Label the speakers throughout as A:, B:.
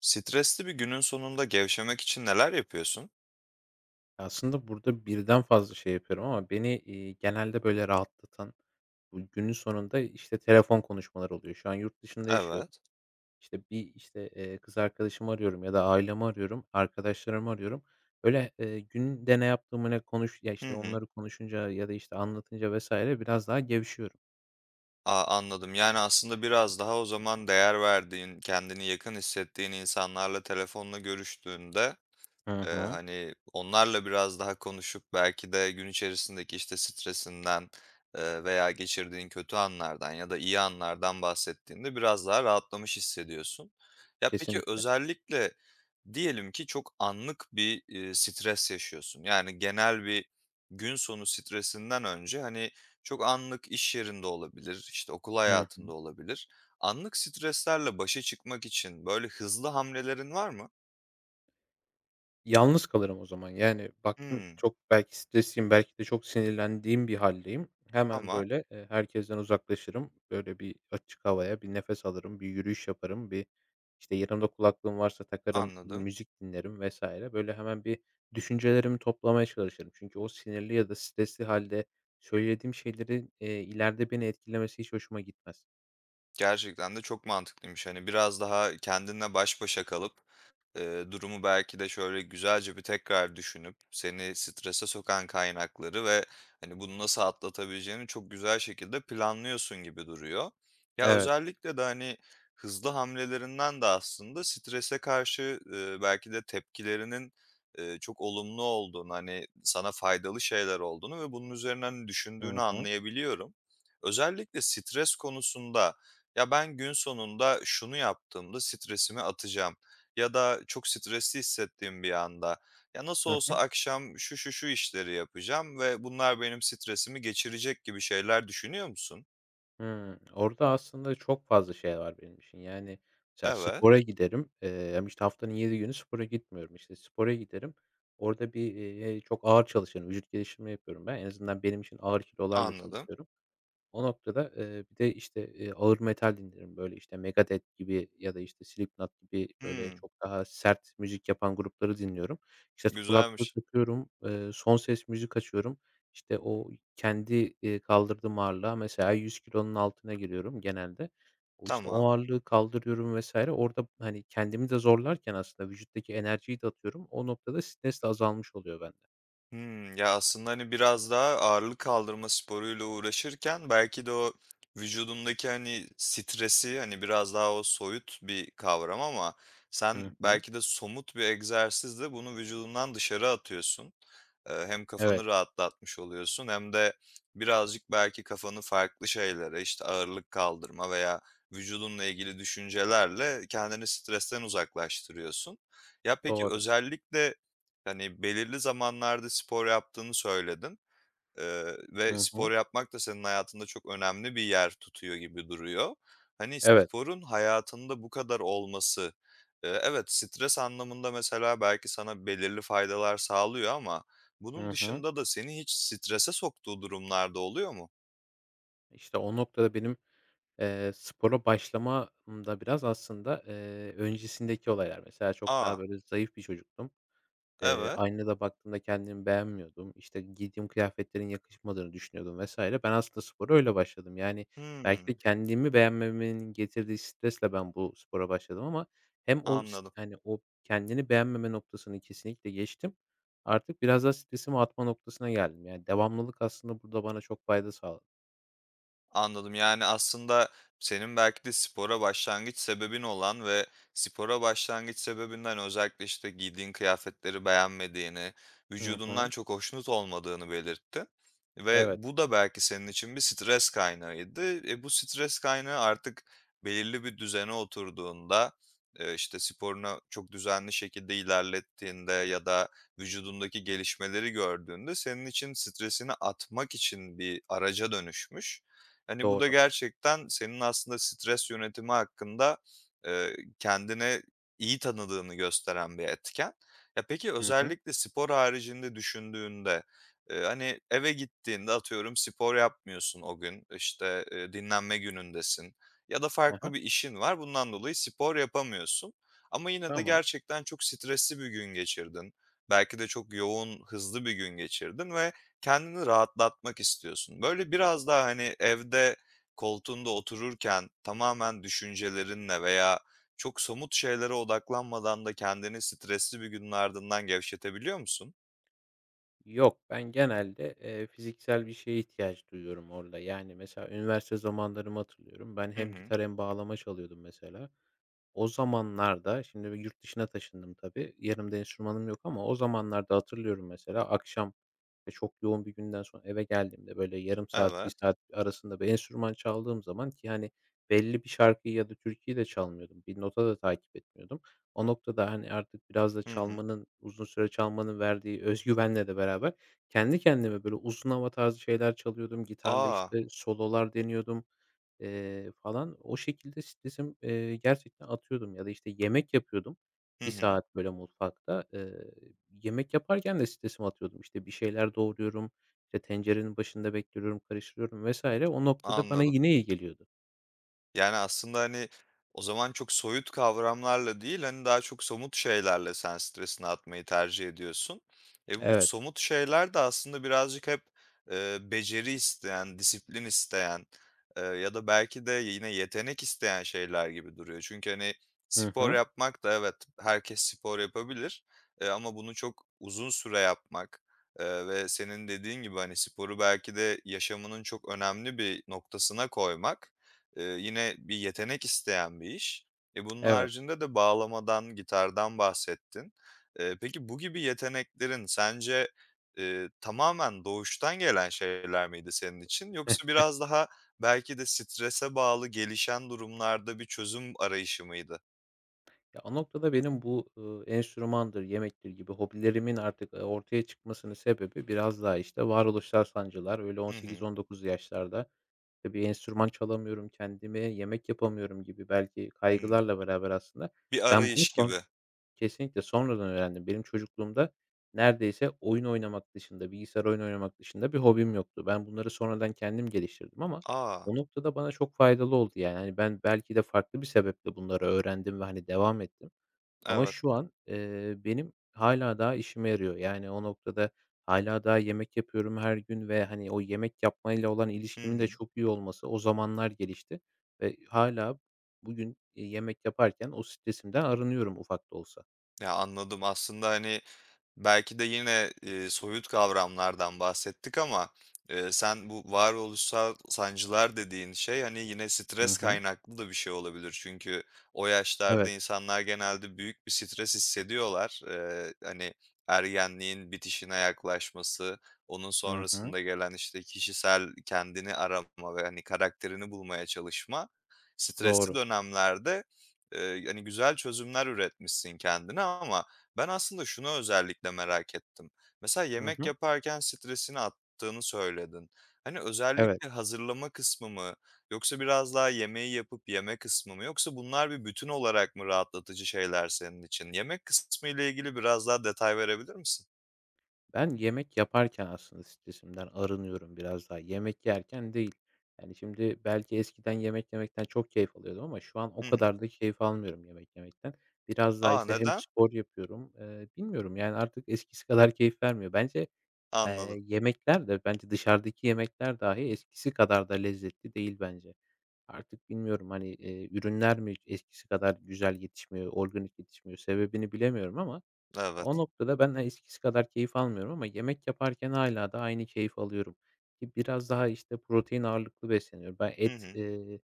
A: Stresli bir günün sonunda gevşemek için neler yapıyorsun?
B: Aslında burada birden fazla şey yapıyorum ama beni, genelde böyle rahatlatan, bu günün sonunda, işte, telefon konuşmaları oluyor. Şu an yurt dışında yaşıyorum.
A: Evet.
B: İşte, bir, işte, kız arkadaşımı arıyorum ya da ailemi arıyorum, arkadaşlarımı arıyorum. Böyle, günde ne yaptığımı,
A: Hı
B: işte,
A: hı.
B: onları konuşunca ya da, işte, anlatınca vesaire biraz daha gevşiyorum.
A: Aa, anladım. Yani aslında biraz daha o zaman değer verdiğin, kendini yakın hissettiğin insanlarla telefonla görüştüğünde
B: Hı hı.
A: Hani, onlarla biraz daha konuşup belki de gün içerisindeki, işte, stresinden, veya geçirdiğin kötü anlardan ya da iyi anlardan bahsettiğinde biraz daha rahatlamış hissediyorsun. Ya, peki
B: Kesinlikle.
A: özellikle diyelim ki çok anlık bir, stres yaşıyorsun. Yani genel bir gün sonu stresinden önce, hani, çok anlık iş yerinde olabilir, işte, okul
B: Hı.
A: hayatında olabilir. Anlık streslerle başa çıkmak için böyle hızlı hamlelerin var mı?
B: Yalnız kalırım o zaman. Yani, baktım
A: Hımm,
B: çok belki stresliyim, belki de çok sinirlendiğim bir hâldeyim. Hemen,
A: tamam.
B: böyle, herkesten uzaklaşırım. Böyle, bir açık havaya bir nefes alırım, bir yürüyüş yaparım, bir, işte, yanımda kulaklığım varsa takarım, bir
A: Anladım.
B: müzik dinlerim vesaire. Böyle, hemen bir düşüncelerimi toplamaya çalışırım. Çünkü o sinirli ya da stresli hâlde söylediğim şeylerin, ileride beni etkilemesi hiç hoşuma gitmez.
A: Gerçekten de çok mantıklıymış. Hani biraz daha kendinle baş başa kalıp, durumu belki de şöyle güzelce bir tekrar düşünüp seni strese sokan kaynakları ve, hani, bunu nasıl atlatabileceğini çok güzel şekilde planlıyorsun gibi duruyor. Ya,
B: Evet.
A: özellikle de, hani, hızlı hamlelerinden de aslında strese karşı, belki de tepkilerinin, çok olumlu olduğunu, hani, sana faydalı şeyler olduğunu ve bunun üzerine, hani, düşündüğünü
B: Hı hı.
A: anlayabiliyorum. Özellikle stres konusunda, "Ya, ben gün sonunda şunu yaptığımda stresimi atacağım." Ya da çok stresli hissettiğim bir anda, ya, nasıl
B: Hı
A: olsa
B: hı.
A: akşam şu, şu, şu işleri yapacağım ve bunlar benim stresimi geçirecek gibi şeyler düşünüyor musun?
B: Hımm. Orada aslında çok fazla şey var benim için. Yani, mesela
A: Evet,
B: spora giderim, ama, işte, haftanın 7 günü spora gitmiyorum. İşte, spora giderim. Orada bir, çok ağır çalışırım. Vücut geliştirme yapıyorum ben. En azından benim için ağır kilolarla
A: anladım.
B: çalışıyorum. O noktada, bir de, işte, ağır metal dinlerim. Böyle, işte, Megadeth gibi ya da, işte, Slipknot gibi, böyle,
A: Hımm,
B: çok daha sert müzik yapan grupları dinliyorum. İşte, kulaklığı
A: güzelmiş.
B: takıyorum, son ses müzik açıyorum. İşte, o kendi, kaldırdığım ağırlığa mesela 100 kilonun altına giriyorum genelde. O, işte, o
A: Tamam.
B: ağırlığı kaldırıyorum vesaire. Orada, hani, kendimi de zorlarken aslında vücuttaki enerjiyi de atıyorum. O noktada stres de azalmış oluyor bende.
A: Hımm. Ya, aslında, hani, biraz daha ağırlık kaldırma sporuyla uğraşırken belki de o vücudumdaki, hani, stresi, hani, biraz daha o soyut bir kavram ama
B: Hı
A: sen
B: hı.
A: belki de somut bir egzersizle bunu vücudundan dışarı atıyorsun. Hem kafanı
B: Evet,
A: rahatlatmış oluyorsun hem de birazcık belki kafanı farklı şeylere, işte, ağırlık kaldırma veya vücudunla ilgili düşüncelerle kendini stresten uzaklaştırıyorsun. Ya, peki
B: doğru.
A: özellikle hani, belirli zamanlarda spor yaptığını söyledin, ve
B: Hı
A: spor
B: hı.
A: yapmak da senin hayatında çok önemli bir yer tutuyor gibi duruyor. Hani,
B: Evet.
A: sporun hayatında bu kadar olması, evet, stres anlamında mesela belki sana belirli faydalar sağlıyor ama
B: Hı
A: bunun
B: hı.
A: dışında da seni hiç strese soktuğu durumlarda oluyor mu?
B: İşte, o noktada benim, spora başlamamda biraz aslında, öncesindeki olaylar. Mesela çok daha
A: A!
B: böyle zayıf bir çocuktum.
A: Evet.
B: Aynada baktığımda kendimi beğenmiyordum. İşte, giydiğim kıyafetlerin yakışmadığını düşünüyordum vesaire. Ben aslında spora öyle başladım. Yani, belki
A: Hımm.
B: de kendimi beğenmemenin getirdiği stresle ben bu spora başladım ama hem o s
A: Anladım.
B: yani, o kendini beğenmeme noktasını kesinlikle geçtim. Artık biraz daha stresimi atma noktasına geldim. Yani, devamlılık aslında burada bana çok fayda sağladı.
A: Anladım. Yani, aslında senin belki de spora başlangıç sebebin olan ve spora başlangıç sebebinden özellikle, işte, giydiğin kıyafetleri beğenmediğini,
B: Hı
A: vücudundan
B: hı.
A: çok hoşnut olmadığını belirtti ve
B: Evet,
A: bu da belki senin için bir stres kaynağıydı. E, bu stres kaynağı artık belirli bir düzene oturduğunda, işte, sporunu çok düzenli şekilde ilerlettiğinde ya da vücudundaki gelişmeleri gördüğünde senin için stresini atmak için bir araca dönüşmüş. Hani, bu da
B: doğru.
A: gerçekten senin aslında stres yönetimi hakkında, kendini iyi tanıdığını gösteren bir etken. Ya, peki
B: Hı hı.
A: özellikle spor haricinde düşündüğünde, hani, eve gittiğinde atıyorum spor yapmıyorsun o gün, işte, dinlenme günündesin ya da farklı
B: Hı.
A: bir işin var, bundan dolayı spor yapamıyorsun ama yine de
B: Tamam.
A: gerçekten çok stresli bir gün geçirdin. Belki de çok yoğun, hızlı bir gün geçirdin ve kendini rahatlatmak istiyorsun. Böyle biraz daha, hani, evde koltuğunda otururken tamamen düşüncelerinle veya çok somut şeylere odaklanmadan da kendini stresli bir günün ardından gevşetebiliyor musun?
B: Yok, ben genelde, fiziksel bir şeye ihtiyaç duyuyorum orada. Yani, mesela üniversite zamanlarımı hatırlıyorum. Ben
A: Hı
B: hem
A: hı.
B: gitar hem bağlama çalıyordum mesela. O zamanlarda, şimdi bir yurt dışına taşındım tabii. Yanımda enstrümanım yok ama o zamanlarda hatırlıyorum mesela akşam, çok yoğun bir günden sonra eve geldiğimde böyle yarım saat, bir
A: Evet.
B: saat arasında bir enstrüman çaldığım zaman ki hani belli bir şarkıyı ya da türküyü de çalmıyordum. Bir nota da takip etmiyordum. O noktada hani artık biraz da
A: Hı hı.
B: çalmanın, uzun süre çalmanın verdiği özgüvenle de beraber kendi kendime böyle uzun hava tarzı şeyler çalıyordum. Gitarla
A: A!
B: işte sololar deniyordum. Falan o şekilde stresim, gerçekten atıyordum ya da, işte, yemek yapıyordum
A: Hı
B: bir
A: hı.
B: saat böyle mutfakta. Yemek yaparken de stresimi atıyordum. İşte, bir şeyler doğruyorum, işte, tencerenin başında bekliyorum, karıştırıyorum vs. O noktada bana
A: Anladım.
B: yine iyi geliyordu.
A: Yani, aslında, hani, o zaman çok soyut kavramlarla değil, hani, daha çok somut şeylerle sen stresini atmayı tercih ediyorsun. E, bu
B: Evet.
A: somut şeyler de aslında birazcık hep, beceri isteyen, disiplin isteyen, ya da belki de yine yetenek isteyen şeyler gibi duruyor. Çünkü, hani,
B: Hı
A: spor
B: hı.
A: yapmak da evet, herkes spor yapabilir, ama bunu çok uzun süre yapmak, ve senin dediğin gibi, hani, sporu belki de yaşamının çok önemli bir noktasına koymak, yine bir yetenek isteyen bir iş. E, bunun
B: Evet.
A: haricinde de bağlamadan, gitardan bahsettin. Peki bu gibi yeteneklerin sence, tamamen doğuştan gelen şeyler miydi senin için yoksa biraz daha belki de strese bağlı gelişen durumlarda bir çözüm arayışı mıydı?
B: Ya, o noktada benim bu, enstrümandır, yemektir gibi hobilerimin artık, ortaya çıkmasının sebebi biraz daha, işte, varoluşsal sancılar. Öyle
A: Hı hı.
B: 18-19 yaşlarda. İşte bir enstrüman çalamıyorum, kendime yemek yapamıyorum gibi belki
A: Hımm.
B: kaygılarla beraber aslında
A: Bir
B: ben bunu
A: arayış
B: son
A: gibi.
B: kesinlikle sonradan öğrendim. Benim çocukluğumda neredeyse oyun oynamak dışında, bilgisayar oyunu oynamak dışında bir hobim yoktu. Ben bunları sonradan kendim geliştirdim ama
A: Aa,
B: o noktada bana çok faydalı oldu yani. Hani ben belki de farklı bir sebeple bunları öğrendim ve, hani, devam ettim. Ama
A: evet.
B: şu an, benim hala daha işime yarıyor. Yani, o noktada hala daha yemek yapıyorum her gün ve, hani, o yemek yapmayla olan
A: Hı
B: ilişkimin de
A: hı.
B: çok iyi olması o zamanlar gelişti ve hala bugün, yemek yaparken o stresimden arınıyorum ufak da olsa.
A: Ya, anladım. Aslında, hani, belki de yine, soyut kavramlardan bahsettik ama, sen bu varoluşsal sancılar dediğin şey, hani, yine
B: Hı
A: stres
B: hı.
A: kaynaklı da bir şey olabilir. Çünkü o yaşlarda
B: Evet.
A: insanlar genelde büyük bir stres hissediyorlar. Hani, ergenliğin bitişine yaklaşması, onun
B: Hı hı.
A: sonrasında gelen, işte, kişisel kendini arama ve, hani, karakterini bulmaya çalışma. Stresli
B: Doğru.
A: dönemlerde, hani, güzel çözümler üretmişsin kendine ama ben aslında şunu özellikle merak ettim. Mesela
B: Hı
A: yemek
B: hı.
A: yaparken stresini attığını söyledin. Hani
B: Evet.
A: özellikle hazırlama kısmı mı yoksa biraz daha yemeği yapıp yeme kısmı mı yoksa bunlar bir bütün olarak mı rahatlatıcı şeyler senin için? Yemek kısmı ile ilgili biraz daha detay verebilir misin?
B: Ben yemek yaparken aslında stresimden arınıyorum biraz daha, yemek yerken değil. Yani, şimdi belki eskiden yemek yemekten çok keyif alıyordum ama şu an o
A: Hı hı.
B: kadar da keyif almıyorum yemek yemekten. Biraz daha,
A: A!
B: işte, hem
A: Neden?
B: spor yapıyorum. Bilmiyorum, yani, artık eskisi kadar keyif vermiyor. Bence,
A: Anladım.
B: yemekler de bence dışarıdaki yemekler dahi eskisi kadar da lezzetli değil bence. Artık bilmiyorum, hani, ürünler mi eskisi kadar güzel yetişmiyor, organik yetişmiyor, sebebini bilemiyorum ama o
A: Evet.
B: noktada ben, eskisi kadar keyif almıyorum ama yemek yaparken hâlâ da aynı keyfi alıyorum. Ki biraz daha, işte, protein ağırlıklı besleniyorum. Ben
A: Hı
B: et,
A: hı.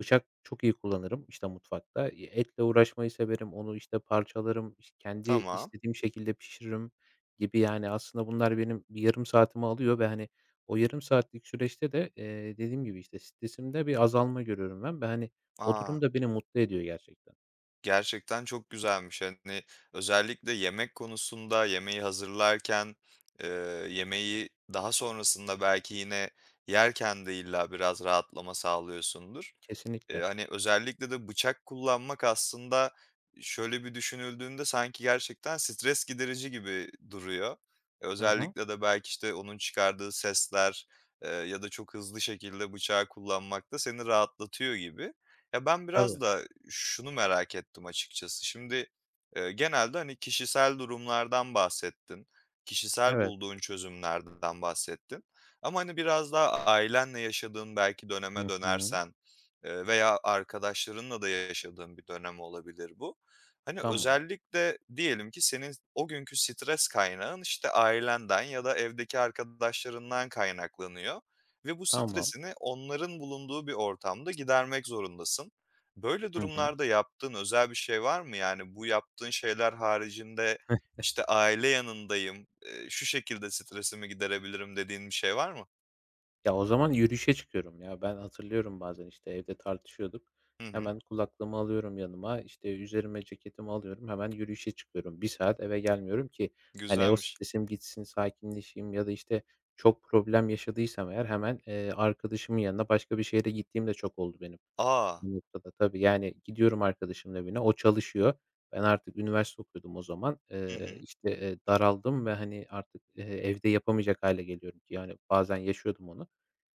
B: bıçak çok iyi kullanırım, işte, mutfakta. Etle uğraşmayı severim, onu, işte, parçalarım, iş kendi
A: Tamam.
B: istediğim şekilde pişiririm gibi, yani, aslında bunlar benim bir yarım saatimi alıyor ve, hani, o yarım saatlik süreçte de, dediğim gibi, işte, stresimde bir azalma görüyorum ben ve, hani, o
A: Aa.
B: durum da beni mutlu ediyor gerçekten.
A: Gerçekten çok güzelmiş. Hani, özellikle yemek konusunda yemeği hazırlarken, eee, yemeği daha sonrasında belki yine yerken de illa biraz rahatlama sağlıyorsundur.
B: Kesinlikle.
A: Hani, özellikle de bıçak kullanmak aslında şöyle bir düşünüldüğünde sanki gerçekten stres giderici gibi duruyor. E,
B: Hı hı.
A: özellikle de belki, işte, onun çıkardığı sesler, ya da çok hızlı şekilde bıçağı kullanmak da seni rahatlatıyor gibi. Ya, ben
B: Tabii.
A: biraz da şunu merak ettim açıkçası. Şimdi, genelde, hani, kişisel durumlardan bahsettin, kişisel
B: Evet.
A: bulduğun çözümlerden bahsettin ama, hani, biraz daha ailenle yaşadığın belki döneme
B: Hı hı.
A: dönersen, veya arkadaşlarınla da yaşadığın bir dönem olabilir bu. Hani,
B: Tamam,
A: özellikle diyelim ki senin o günkü stres kaynağın, işte, ailenden ya da evdeki arkadaşlarından kaynaklanıyor ve bu
B: tamam.
A: stresini onların bulunduğu bir ortamda gidermek zorundasın. Böyle
B: Hı hı.
A: durumlarda yaptığın özel bir şey var mı? Yani, bu yaptığın şeyler haricinde, işte, "Aile yanındayım, şu şekilde stresimi giderebilirim." dediğin bir şey var mı?
B: Ya, o zaman yürüyüşe çıkıyorum ya. Ben hatırlıyorum bazen, işte, evde tartışıyorduk.
A: Hı hı.
B: Hemen kulaklığımı alıyorum yanıma, işte, üzerime ceketimi alıyorum, hemen yürüyüşe çıkıyorum. Bir saat eve gelmiyorum ki, hani, o
A: Güzelmiş.
B: stresim gitsin, sakinleşeyim ya da, işte, çok problem yaşadıysam eğer hemen, arkadaşımın yanına başka bir şehre gittiğim de çok oldu benim.
A: A!
B: Bu noktada tabii, yani, gidiyorum arkadaşımın evine, o çalışıyor. Ben artık üniversite okuyordum o zaman.
A: Hı hı.
B: İşte, daraldım ve, hani, artık, evde yapamayacak hale geliyorum ki, yani, bazen yaşıyordum onu.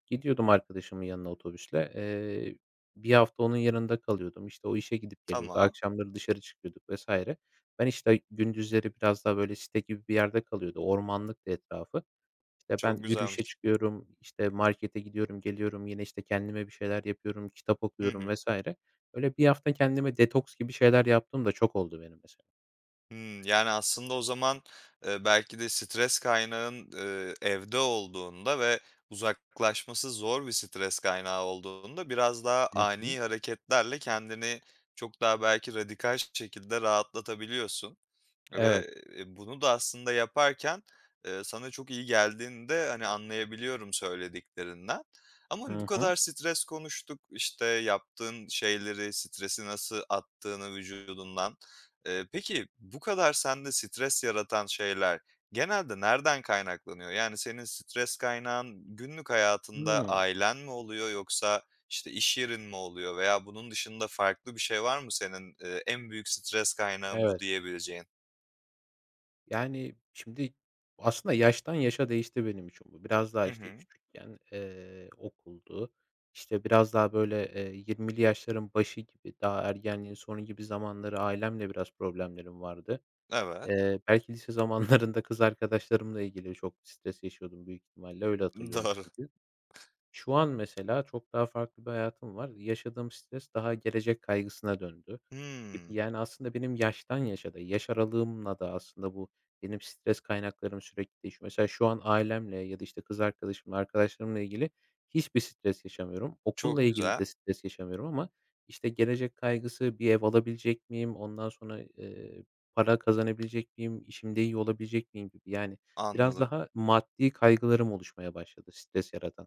B: Gidiyordum arkadaşımın yanına otobüsle. 1 hafta onun yanında kalıyordum. İşte, o işe gidip geliyordu.
A: Tamam.
B: Akşamları dışarı çıkıyorduk vesaire. Ben, işte, gündüzleri biraz daha, böyle, site gibi bir yerde kalıyordu. Ormanlıktı etrafı. İşte ben
A: Çok
B: yürüyüşe
A: güzelmiş.
B: çıkıyorum, işte, markete gidiyorum, geliyorum, yine, işte, kendime bir şeyler yapıyorum, kitap
A: Hı
B: okuyorum
A: hı.
B: vesaire. Öyle bir hafta kendime detoks gibi şeyler yaptığım da çok oldu benim mesela.
A: Hımm. Yani, aslında o zaman, belki de stres kaynağın, evde olduğunda ve uzaklaşması zor bir stres kaynağı olduğunda biraz daha
B: Hı hı.
A: ani hareketlerle kendini çok daha belki radikal şekilde rahatlatabiliyorsun. Ve,
B: Evet.
A: bunu da aslında yaparken, sana çok iyi geldiğini de, hani, anlayabiliyorum söylediklerinden. Ama, hani, bu
B: Hı hı.
A: kadar stres konuştuk, işte, yaptığın şeyleri, stresi nasıl attığını vücudundan. Peki bu kadar sende stres yaratan şeyler genelde nereden kaynaklanıyor? Yani senin stres kaynağın günlük hayatında
B: Hıı.
A: ailen mi oluyor yoksa, işte, iş yerin mi oluyor veya bunun dışında farklı bir şey var mı senin, en büyük stres kaynağın bu
B: Evet.
A: diyebileceğin?
B: Yani, şimdi aslında yaştan yaşa değişti benim için bu. Biraz daha,
A: Hı
B: işte,
A: hı.
B: küçükken, okuldu. İşte, biraz daha, böyle, 20'li yaşların başı gibi, daha ergenliğin sonu gibi zamanları ailemle biraz problemlerim vardı.
A: Evet,
B: Belki lise zamanlarında kız arkadaşlarımla ilgili çok stres yaşıyordum büyük ihtimalle, öyle hatırlıyorum
A: doğru.
B: çünkü. Şu an mesela çok daha farklı bir hayatım var. Yaşadığım stres daha gelecek kaygısına döndü. Gibi,
A: Hımm,
B: yani, aslında benim yaştan yaşa da, yaş aralığımla da aslında bu benim stres kaynaklarım sürekli değişiyor. Mesela şu an ailemle ya da, işte, kız arkadaşımla, arkadaşlarımla ilgili hiçbir stres yaşamıyorum. Okulla
A: çok
B: ilgili
A: güzel,
B: de stres yaşamıyorum ama, işte, gelecek kaygısı, bir ev alabilecek miyim, ondan sonra, para kazanabilecek miyim, işimde iyi olabilecek miyim gibi, yani, biraz
A: anladım.
B: daha maddi kaygılarım oluşmaya başladı stres yaratan.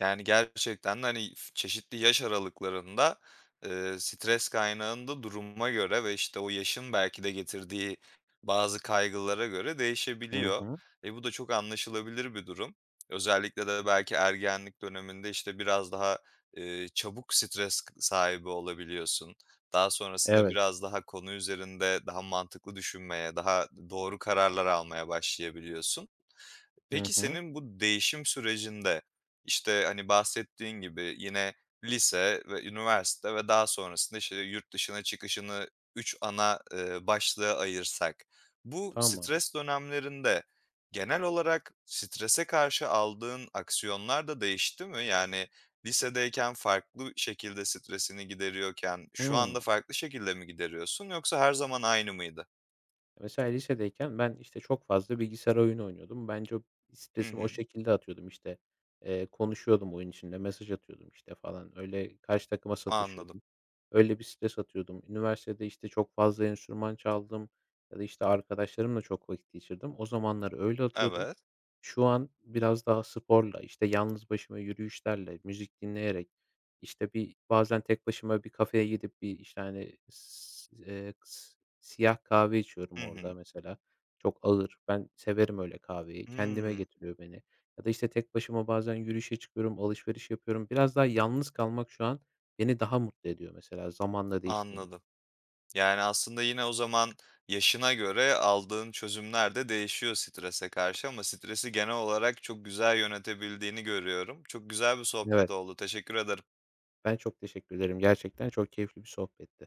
A: Yani, gerçekten de, hani, çeşitli yaş aralıklarında, stres kaynağında duruma göre ve, işte, o yaşın belki de getirdiği bazı kaygılara göre
B: Hı
A: değişebiliyor.
B: hı.
A: E, bu da çok anlaşılabilir bir durum. Özellikle de belki ergenlik döneminde, işte, biraz daha, çabuk stres k sahibi olabiliyorsun. Daha sonrasında
B: Evet.
A: biraz daha konu üzerinde daha mantıklı düşünmeye, daha doğru kararlar almaya başlayabiliyorsun.
B: Hı
A: Peki
B: hı.
A: senin bu değişim sürecinde, işte, hani, bahsettiğin gibi yine lise ve üniversite ve daha sonrasında, işte, yurt dışına çıkışını 3 ana, başlığa ayırsak, bu
B: Tamam.
A: stres dönemlerinde genel olarak strese karşı aldığın aksiyonlar da değişti mi? Yani lisedeyken farklı şekilde stresini gideriyorken şu
B: Hıı.
A: anda farklı şekilde mi gideriyorsun yoksa her zaman aynı mıydı?
B: Mesela lisedeyken ben, işte, çok fazla bilgisayar oyunu oynuyordum. Bence o
A: Hı
B: stresimi o
A: hı,
B: şekilde atıyordum, işte. Konuşuyordum oyun içinde, mesaj atıyordum, işte, falan. Öyle karşı takıma
A: anladım.
B: sataşıyordum. Öyle bir stres atıyordum. Üniversitede, işte, çok fazla enstrüman çaldım ya da, işte, arkadaşlarımla çok vakit geçirdim. O zamanlar öyle atıyordum.
A: Evet.
B: Şu an biraz daha sporla, işte, yalnız başıma yürüyüşlerle, müzik dinleyerek, işte, bir bazen tek başıma bir kafeye gidip bir, işte, hani, eee, siyah kahve içiyorum
A: Hı hı.
B: orada mesela. Çok ağır. Ben severim öyle kahveyi. Kendime
A: Hımm,
B: getiriyor beni. Ya da, işte, tek başıma bazen yürüyüşe çıkıyorum, alışveriş yapıyorum. Biraz daha yalnız kalmak şu an beni daha mutlu ediyor mesela zamanla değiştiğinde.
A: anladım. Yani, aslında yine o zaman yaşına göre aldığın çözümler de değişiyor strese karşı ama stresi genel olarak çok güzel yönetebildiğini görüyorum. Çok güzel bir sohbet
B: Evet,
A: oldu. Teşekkür ederim.
B: ben çok teşekkür ederim. Gerçekten çok keyifli bir sohbetti.